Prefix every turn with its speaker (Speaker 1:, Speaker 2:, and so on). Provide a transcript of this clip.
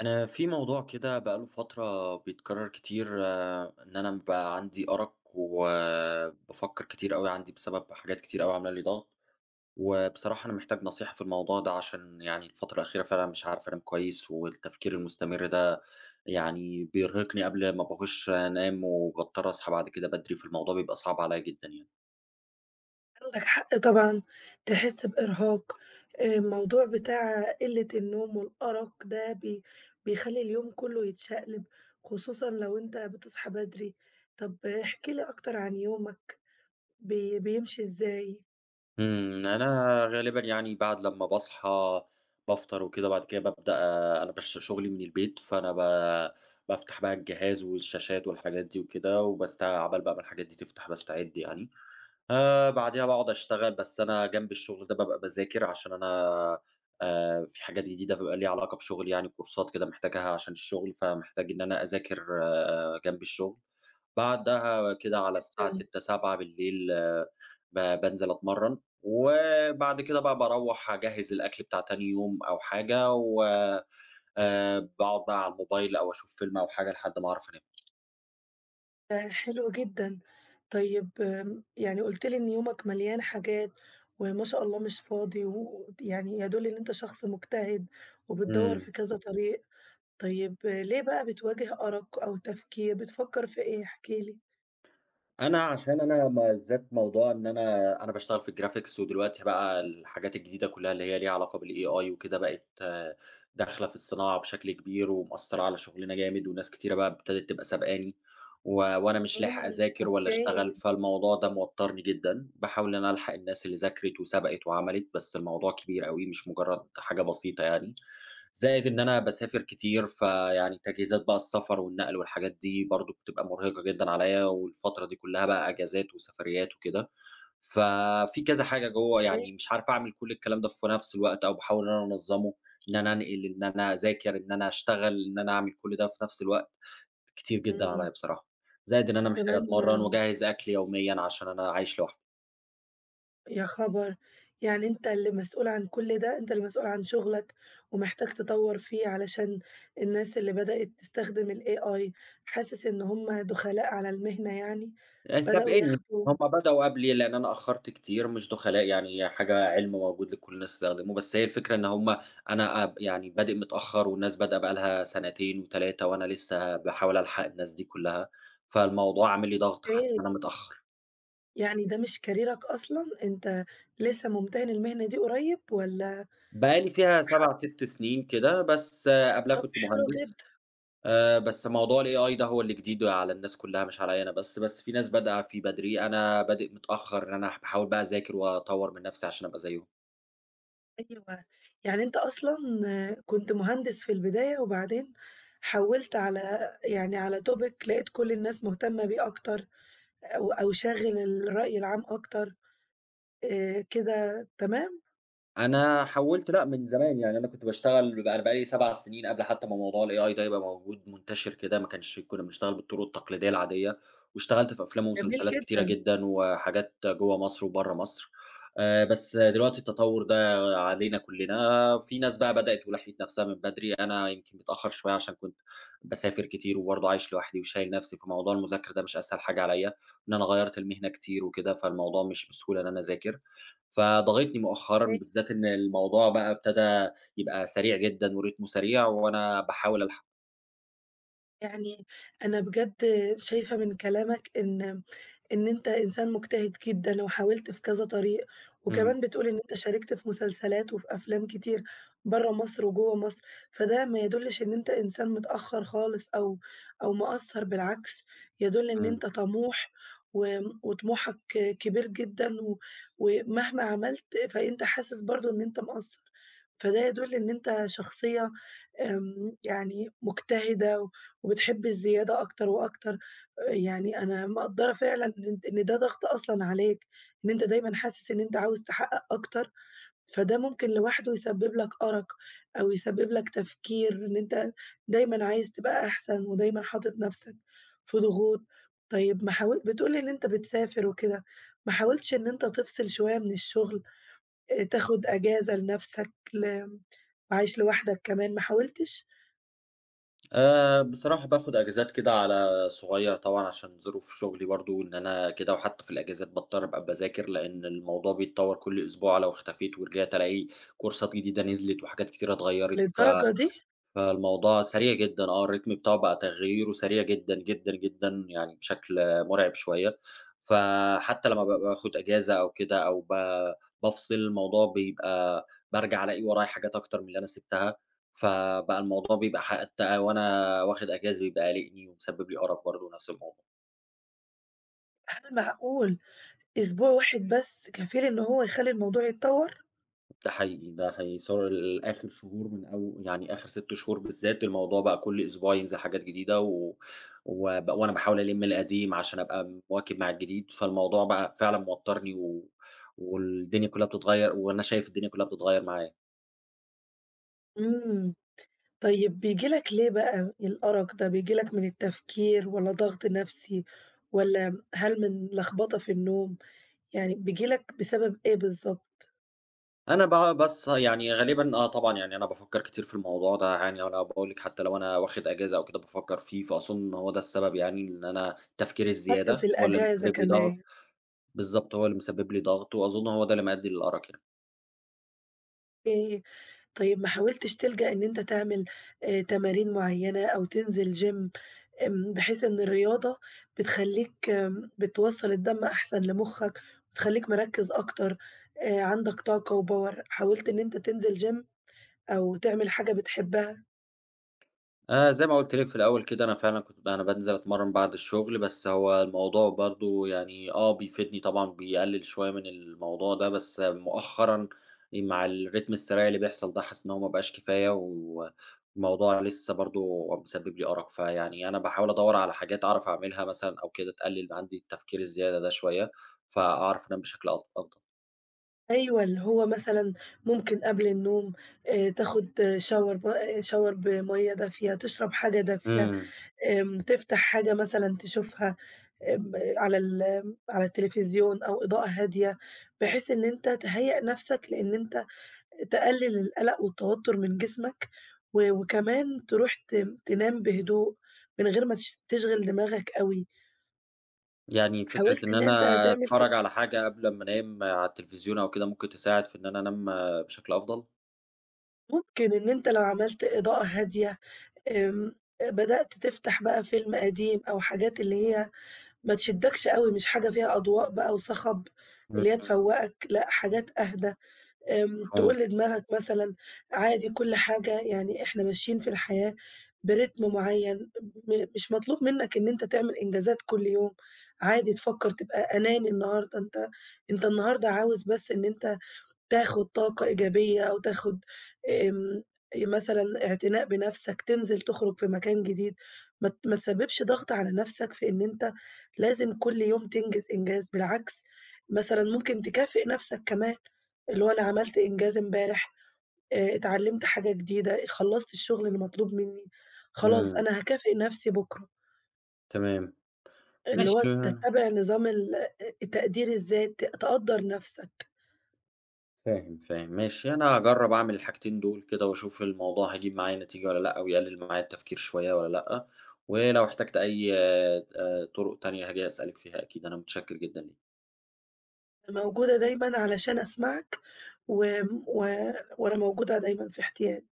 Speaker 1: أنا في موضوع كده بقى له فترة بيتكرر كتير إن أنا بقى عندي أرق وبافكر كتير أوي، عندي بسبب حاجات كتير أوي عاملة لي ضغط، وبصراحة أنا محتاج نصيحة في الموضوع ده عشان يعني الفترة الأخيرة فعلًا مش عارف أنام كويس، والتفكير المستمر ده يعني بيرهقني قبل ما باخش أنام، وباضطر أصحى بعد كده بدري، فالموضوع بيبقى صعب عليّا جدًا يعني.
Speaker 2: عندك حق طبعًا تحس بإرهاق. الموضوع بتاع قِلّة النوم والأرق ده بيخلّي اليوم كلّه يتشقلب، خصوصًا لو أنت بتصحى بدري. طب احكِ لي أكتر عن يومك بيمشي إزاي؟
Speaker 1: أنا غالبًا يعني بعد لمّا باصحى بافطر وكده، بعد كده بابدأ أنا شغلي من البيت، فأنا بافتح بقى الجهاز والشاشات والحاجات دي وكده، عقبال بقى ما الحاجات دي تفتح باستعد يعني، بعديها باقعد أشتغل، بس أنا جنب الشغل ده بابقى باذاكر عشان أنا في حاجات جديدة بيبقى ليها علاقة بشغلي يعني، كورسات كده محتاجها عشان الشغل، فمحتاج إن أنا أذاكر آه جنب الشغل. بعدها كده على الساعة
Speaker 2: جدًا،
Speaker 1: 18:00، 19:00 بانزل أتمرّن، وبعد كده بقى باروّح أجهّز الأكل بتاع تاني يوم أو حاجة، و باقعد بقى على الموبايل أو أشوف فيلم أو حاجة لحد ما أعرف أنام.
Speaker 2: ده حلو جدًا. طيب، يعني قُلت لي إن يومك مليان حاجات وما شاء الله مش فاضي، ويعني يدُل إن أنت شخص مجتهد وبتدوّر
Speaker 1: إمم.
Speaker 2: في كذا طريق. طيب ليه بقى بتواجه أرق أو تفكير، بتفكّر في إيه؟ احكِ لي.
Speaker 1: أنا عشان أنا ما ذات موضوع إن أنا باشتغل في الجرافيكس، ودلوقتي بقى الحاجات الجديدة كلّها اللي هي ليها علاقة بالAI وكده بقت آه، داخلة في الصناعة بشكل كبير، ومأثّرة على شغلنا جامد، وناس كتيرة بقى ابتدت تبقى سابقاني، وأنا مش لاحق
Speaker 2: إمم،
Speaker 1: أذاكر ولا أشتغل،
Speaker 2: أوكي.
Speaker 1: فالموضوع ده موتّرني جدًا، باحاول إن أنا ألحق الناس اللي ذاكرت وسبقت وعملت، بس الموضوع كبير أوي مش مجرد حاجة بسيطة يعني. زائد إن أنا باسافر كتير، فيعني تجهيزات بقى السفر والنقل والحاجات دي برضه بتبقى مرهقة جدًا عليّا، والفترة دي كلّها بقى أجازات وسفريات وكده، ففي كذا حاجة جوّه
Speaker 2: أوكي.
Speaker 1: يعني مش عارف أعمل كل الكلام ده في نفْس الوقت أو باحاول إن أنا أنظّمه، إن أنا أنقل، إن أنا أذاكر، إن أنا أشتغل، إن أنا أعمل كل ده في نفْس الوقت، كتير جدًا
Speaker 2: إمم.
Speaker 1: عليّا بصراحة، زائد إن أنا محتاج
Speaker 2: وكمان
Speaker 1: أتمرّن وأجهّز أكل يوميًا عشان أنا عايش لوحدي.
Speaker 2: يا خبر! يعني أنت اللي مسؤول عن كل ده، أنت اللي مسؤول عن شغلك ومحتاج تطوّر فيه علشان الناس اللي بدأت تستخدم الAI، حاسس إن هم دخلاء على المهنة يعني، بدأوا
Speaker 1: سابقينّي،
Speaker 2: ياخدوا.
Speaker 1: هم بدأوا قبلي لإن أنا أخّرت كتير، مش دُخَلاء يعني هي حاجة علم موجود لكل الناس تستخدمه، بس هي الفكرة إن هم أنا يعني بادئ متأخّر والناس بادئة بقى لها سنتين و3 وأنا لسه باحاول ألحق الناس دي كلّها، فالموضوع عامل لي ضغط، حاسس
Speaker 2: أوكي،
Speaker 1: إن أنا متأخّر.
Speaker 2: يعني ده مش كاريرك أصلًا، أنت لسه ممتهن المهنة دي قريب والّا.
Speaker 1: بقى لي فيها
Speaker 2: حق.
Speaker 1: 7، 6 سنين كده، بس آه، قبلها
Speaker 2: طب
Speaker 1: كنت
Speaker 2: حلو
Speaker 1: مهندس،
Speaker 2: جدًا.
Speaker 1: بس موضوع الAI ده هو اللي جديد على الناس كلّها مش عليّا أنا بس، بس في ناس بادئة فيه بدري، أنا بادئ متأخّر، إن أنا باحاول بقى أذاكر وأطوّر من نَفْسي عشان أبقى زيّهم.
Speaker 2: أيوه، يعني أنت أصلًا كنت مهندس في البداية وبعدين حوّلت على، يعني على topic لقيت كل الناس مهتمة بيه أكتر، أو شاغل الرأي العام أكتر. كده تمام.
Speaker 1: أنا حوّلت لأ، من زمان، يعني أنا كنت باشتغل أنا بقى لي 7 سنين قبل حتى ما موضوع الAI ده يبقى موجود منتشر كده، ما كانش كنا بنشتغل بالطرق التقليدية العادية، واشتغلت في أفلام
Speaker 2: جميل
Speaker 1: ومسلسلات كتيرة
Speaker 2: جدًا.
Speaker 1: جدًا وحاجات جوّه مصر وبرّه مصر، بس دلوقتي التطوّر ده علينا كلّنا، في ناس بقى بدأت ولحقت نَفْسها من بدري، أنا يمكن متأخّر شوية عشان كنت باسافر كتير وبرضه عايش لوحدي وشايل نَفْسي، فموضوع المذاكرة ده مش أسهل حاجة عليّا، إن أنا غيّرت المهنة كتير وكده، فالموضوع مش بسهولة إن أنا أذاكر. فضاغطني مؤخرًا، بالذات إن الموضوع بقى ابتدى يبقى سريع جدًا ورتمه سريع، وأنا باحاول ألحق.
Speaker 2: يعني أنا بجد شايفة من كلامك إن أنت إنسان مجتهد جدًا وحاولت في كذا طريق،
Speaker 1: إمم،
Speaker 2: وكمان بتقول إن أنت شاركت في مسلسلات وفي أفلام كتير برّه مصر وجوّه مصر، فده ما يدلّش إن أنت إنسان متأخّر خالص أو مقصّر، بالعكس، يدل إن
Speaker 1: إمم.
Speaker 2: أنت طموح، و وطموحك كبير جدًا، ومهما عملت فأنت حاسس برضه إن أنت مقصّر. فده يدل إن أنت شخصية، يعني مجتهدة وبتحب الزيادة أكتر وأكتر. يعني أنا مقدّرة فعلًا إن ده ضغط أصلًا عليك، إن أنت دايمًا حاسس إن أنت عاوز تحقق أكتر، فده ممكن لوحده يسبب لك أرق أو يسبب لك تفكير إن أنت دايمًا عايز تبقى أحسن ودايمًا حاطط نَفْسك في ضغوط. طيب، ما حاول بتقول لي إن أنت بتسافر وكده، ما حاولتش إن أنت تفصل شوية من الشغل، تاخد أجازة لنَفْسك، عايش لوحدك كمان، ما حاولتش؟
Speaker 1: بصراحة باخد أجازات كده على صغيّر طبعًا عشان ظروف شغلي برضه، إن أنا كده وحتى في الأجازات باضطر أبقى باذاكر، لإن الموضوع بيتطور كل أسبوع، لو اختفيت ورجعت ألاقي كورسات جديدة نزلت وحاجات كتيرة اتغيّرت،
Speaker 2: للدرجة دي!
Speaker 1: فالموضوع سريع جدًا آه، الريتم بتاعه بقى تغييره سريع جدًا، جدًا، جدًا، يعني بشكل مرعب شوية، فحتى لمّا بابقى باخد أجازة أو كده أو بافصل، الموضوع بيبقى بارجع ألاقي ورايا حاجات أكتر من اللي أنا سِبتها، فبقى الموضوع بيبقى حتى وأنا واخد أجازة بيبقى قالقني ومسبب لي أرق برضه نفس الموضوع.
Speaker 2: هل معقول أسبوع واحد بس كفيل إن هو يخلّي الموضوع يتطور؟
Speaker 1: ده حقيقي، ده حقيقي، سواء آخر شهور أو يعني آخر 6 شهور بالذات، الموضوع بقى كل أسبوع ينزل حاجات جديدة و وب وأنا باحاول ألِم القديم عشان أبقى مواكب مع الجديد، فالموضوع بقى فعلًا موتّرني والدنيا كلّها بتتغيّر وأنا شايف الدنيا كلّها بتتغيّر معايا.
Speaker 2: إمم. طيب بييجي لك ليه بقى الأرق ده، بييجي لك من التفكير والّا ضغط نفسي والّا هل من لخبطة في النوم؟ يعني بييجي لك بسبب إيه بالضبط؟
Speaker 1: أنا بقى بس يعني غالبًا آه طبعًا، يعني أنا بافكّر كتير في الموضوع ده، يعني أنا باقول لِك حتّى لو أنا واخد أجازة أو كده بافكّر فيه، فأظُن إن هو ده السبب يعني إن أنا تفكيري
Speaker 2: حتى في
Speaker 1: الزيادة هو اللي
Speaker 2: الأجازة
Speaker 1: مسبب لي ضغط
Speaker 2: كمان.
Speaker 1: بالضبط، هو اللي مسبب لي ضغط وأظُن هو ده اللي مأدّي للأرق يعني.
Speaker 2: أوكي. طيب ما حاولتش تلجأ إن أنت تعمل تمارين معيّنة أو تنزل gym، بحيث إن الرياضة بتخلّيك، بتوصّل الدم أحسن لمُخّك، وتخلّيك مركّز أكتر، عندك طاقة وpower، حاولت إن أنت تنزل gym أو تعمل حاجة بتحبها؟
Speaker 1: زي ما قُلت لِك في الأول كده، أنا فعلًا كنت أنا بانزل أتمرّن بعد الشغل، بس هو الموضوع برضه يعني آه بيفيدني طبعًا، بيقلل شوية من الموضوع ده، بس مؤخرًا مع الريتم السريع اللي بيحصل ده، حاسس إن هو ما بقاش كفاية، والموضوع لسه برضه مسبب لي أرق، فيعني أنا باحاول أدوّر على حاجات أعرف أعملها مثلًا أو كده تقلل عندي التفكير الزيادة ده شوية، فأعرف أنام بشكل أفضل.
Speaker 2: أيوه، اللي هو مثلًا ممكن قبل النوم تاخد shower ب آه، shower بمَيّة دافية، تشرب حاجة دافية،
Speaker 1: إمم.
Speaker 2: تفتح حاجة مثلًا تشوفها. آمم، على على التلفزيون، أو إضاءة هادية، بحيث إن أنت تهيأ نفسك لإن أنت تقلل القلق والتوتر من جسمك، وكمان تروح تنام بهدوء من غير ما تشغل دماغك أوي.
Speaker 1: يعني فكرة
Speaker 2: حاولت
Speaker 1: إن
Speaker 2: إن
Speaker 1: أنا
Speaker 2: أنت تعمل كده؟
Speaker 1: أتفرّج على حاجة قبل أمّا أنام على التلفزيون أو كده، ممكن تساعد في إن أنا أنام بشكل أفضل؟
Speaker 2: ممكن إن أنت لو عملت إضاءة هادية، آمم، بدأت تفتح بقى فيلم قديم أو حاجات اللي هي ما تشدكش أوي، مش حاجة فيها أضواء بقى وصخب اللي هي
Speaker 1: إمم،
Speaker 2: تفوّقك، لأ حاجات أهدى. آمم، تقول
Speaker 1: مفهوم،
Speaker 2: لدماغك مثلًا عادي كل حاجة. يعني إحنا ماشيين في الحياة برتم معيّن، مش مطلوب منّك إن أنت تعمل إنجازات كل يوم، عادي تفكّر تبقى أناني النهارده. أنت النهارده عاوز بس إن أنت تاخد طاقة إيجابية أو تاخد، آمم، مثلًا اعتناء بنَفْسك، تنزل تخرج في مكان جديد، ما تسبّبش ضغط على نَفْسك في إن أنت لازم كل يوم تنجز إنجاز، بالعكس مثلًا ممكن تكافئ نَفْسك كمان، اللي هو أنا عملت إنجاز امبارح، اتعلمت حاجة جديدة، خلّصت الشغل اللي مطلوب مني، خلاص
Speaker 1: إمم،
Speaker 2: أنا هاكافئ نَفْسي بكرة،
Speaker 1: تمام،
Speaker 2: اللي هو
Speaker 1: ماشي
Speaker 2: تتّبع نظام تقدير الذات، تقدّر نَفْسك.
Speaker 1: فاهم، فاهم، ماشي، أنا هاجرّب أعمل الحاجتين دول كده وأشوف الموضوع هيجيب معايا نتيجة والّا لأ، ويقلل معايا التفكير شوية والّا لأ، ولو احتجت أي طرق تانية هاجي أسألِك فيها أكيد، أنا متشكر جدًا ليكِ.
Speaker 2: أنا موجودة دايمًا علشان أسمعك، و وأنا موجودة دايمًا في احتياج.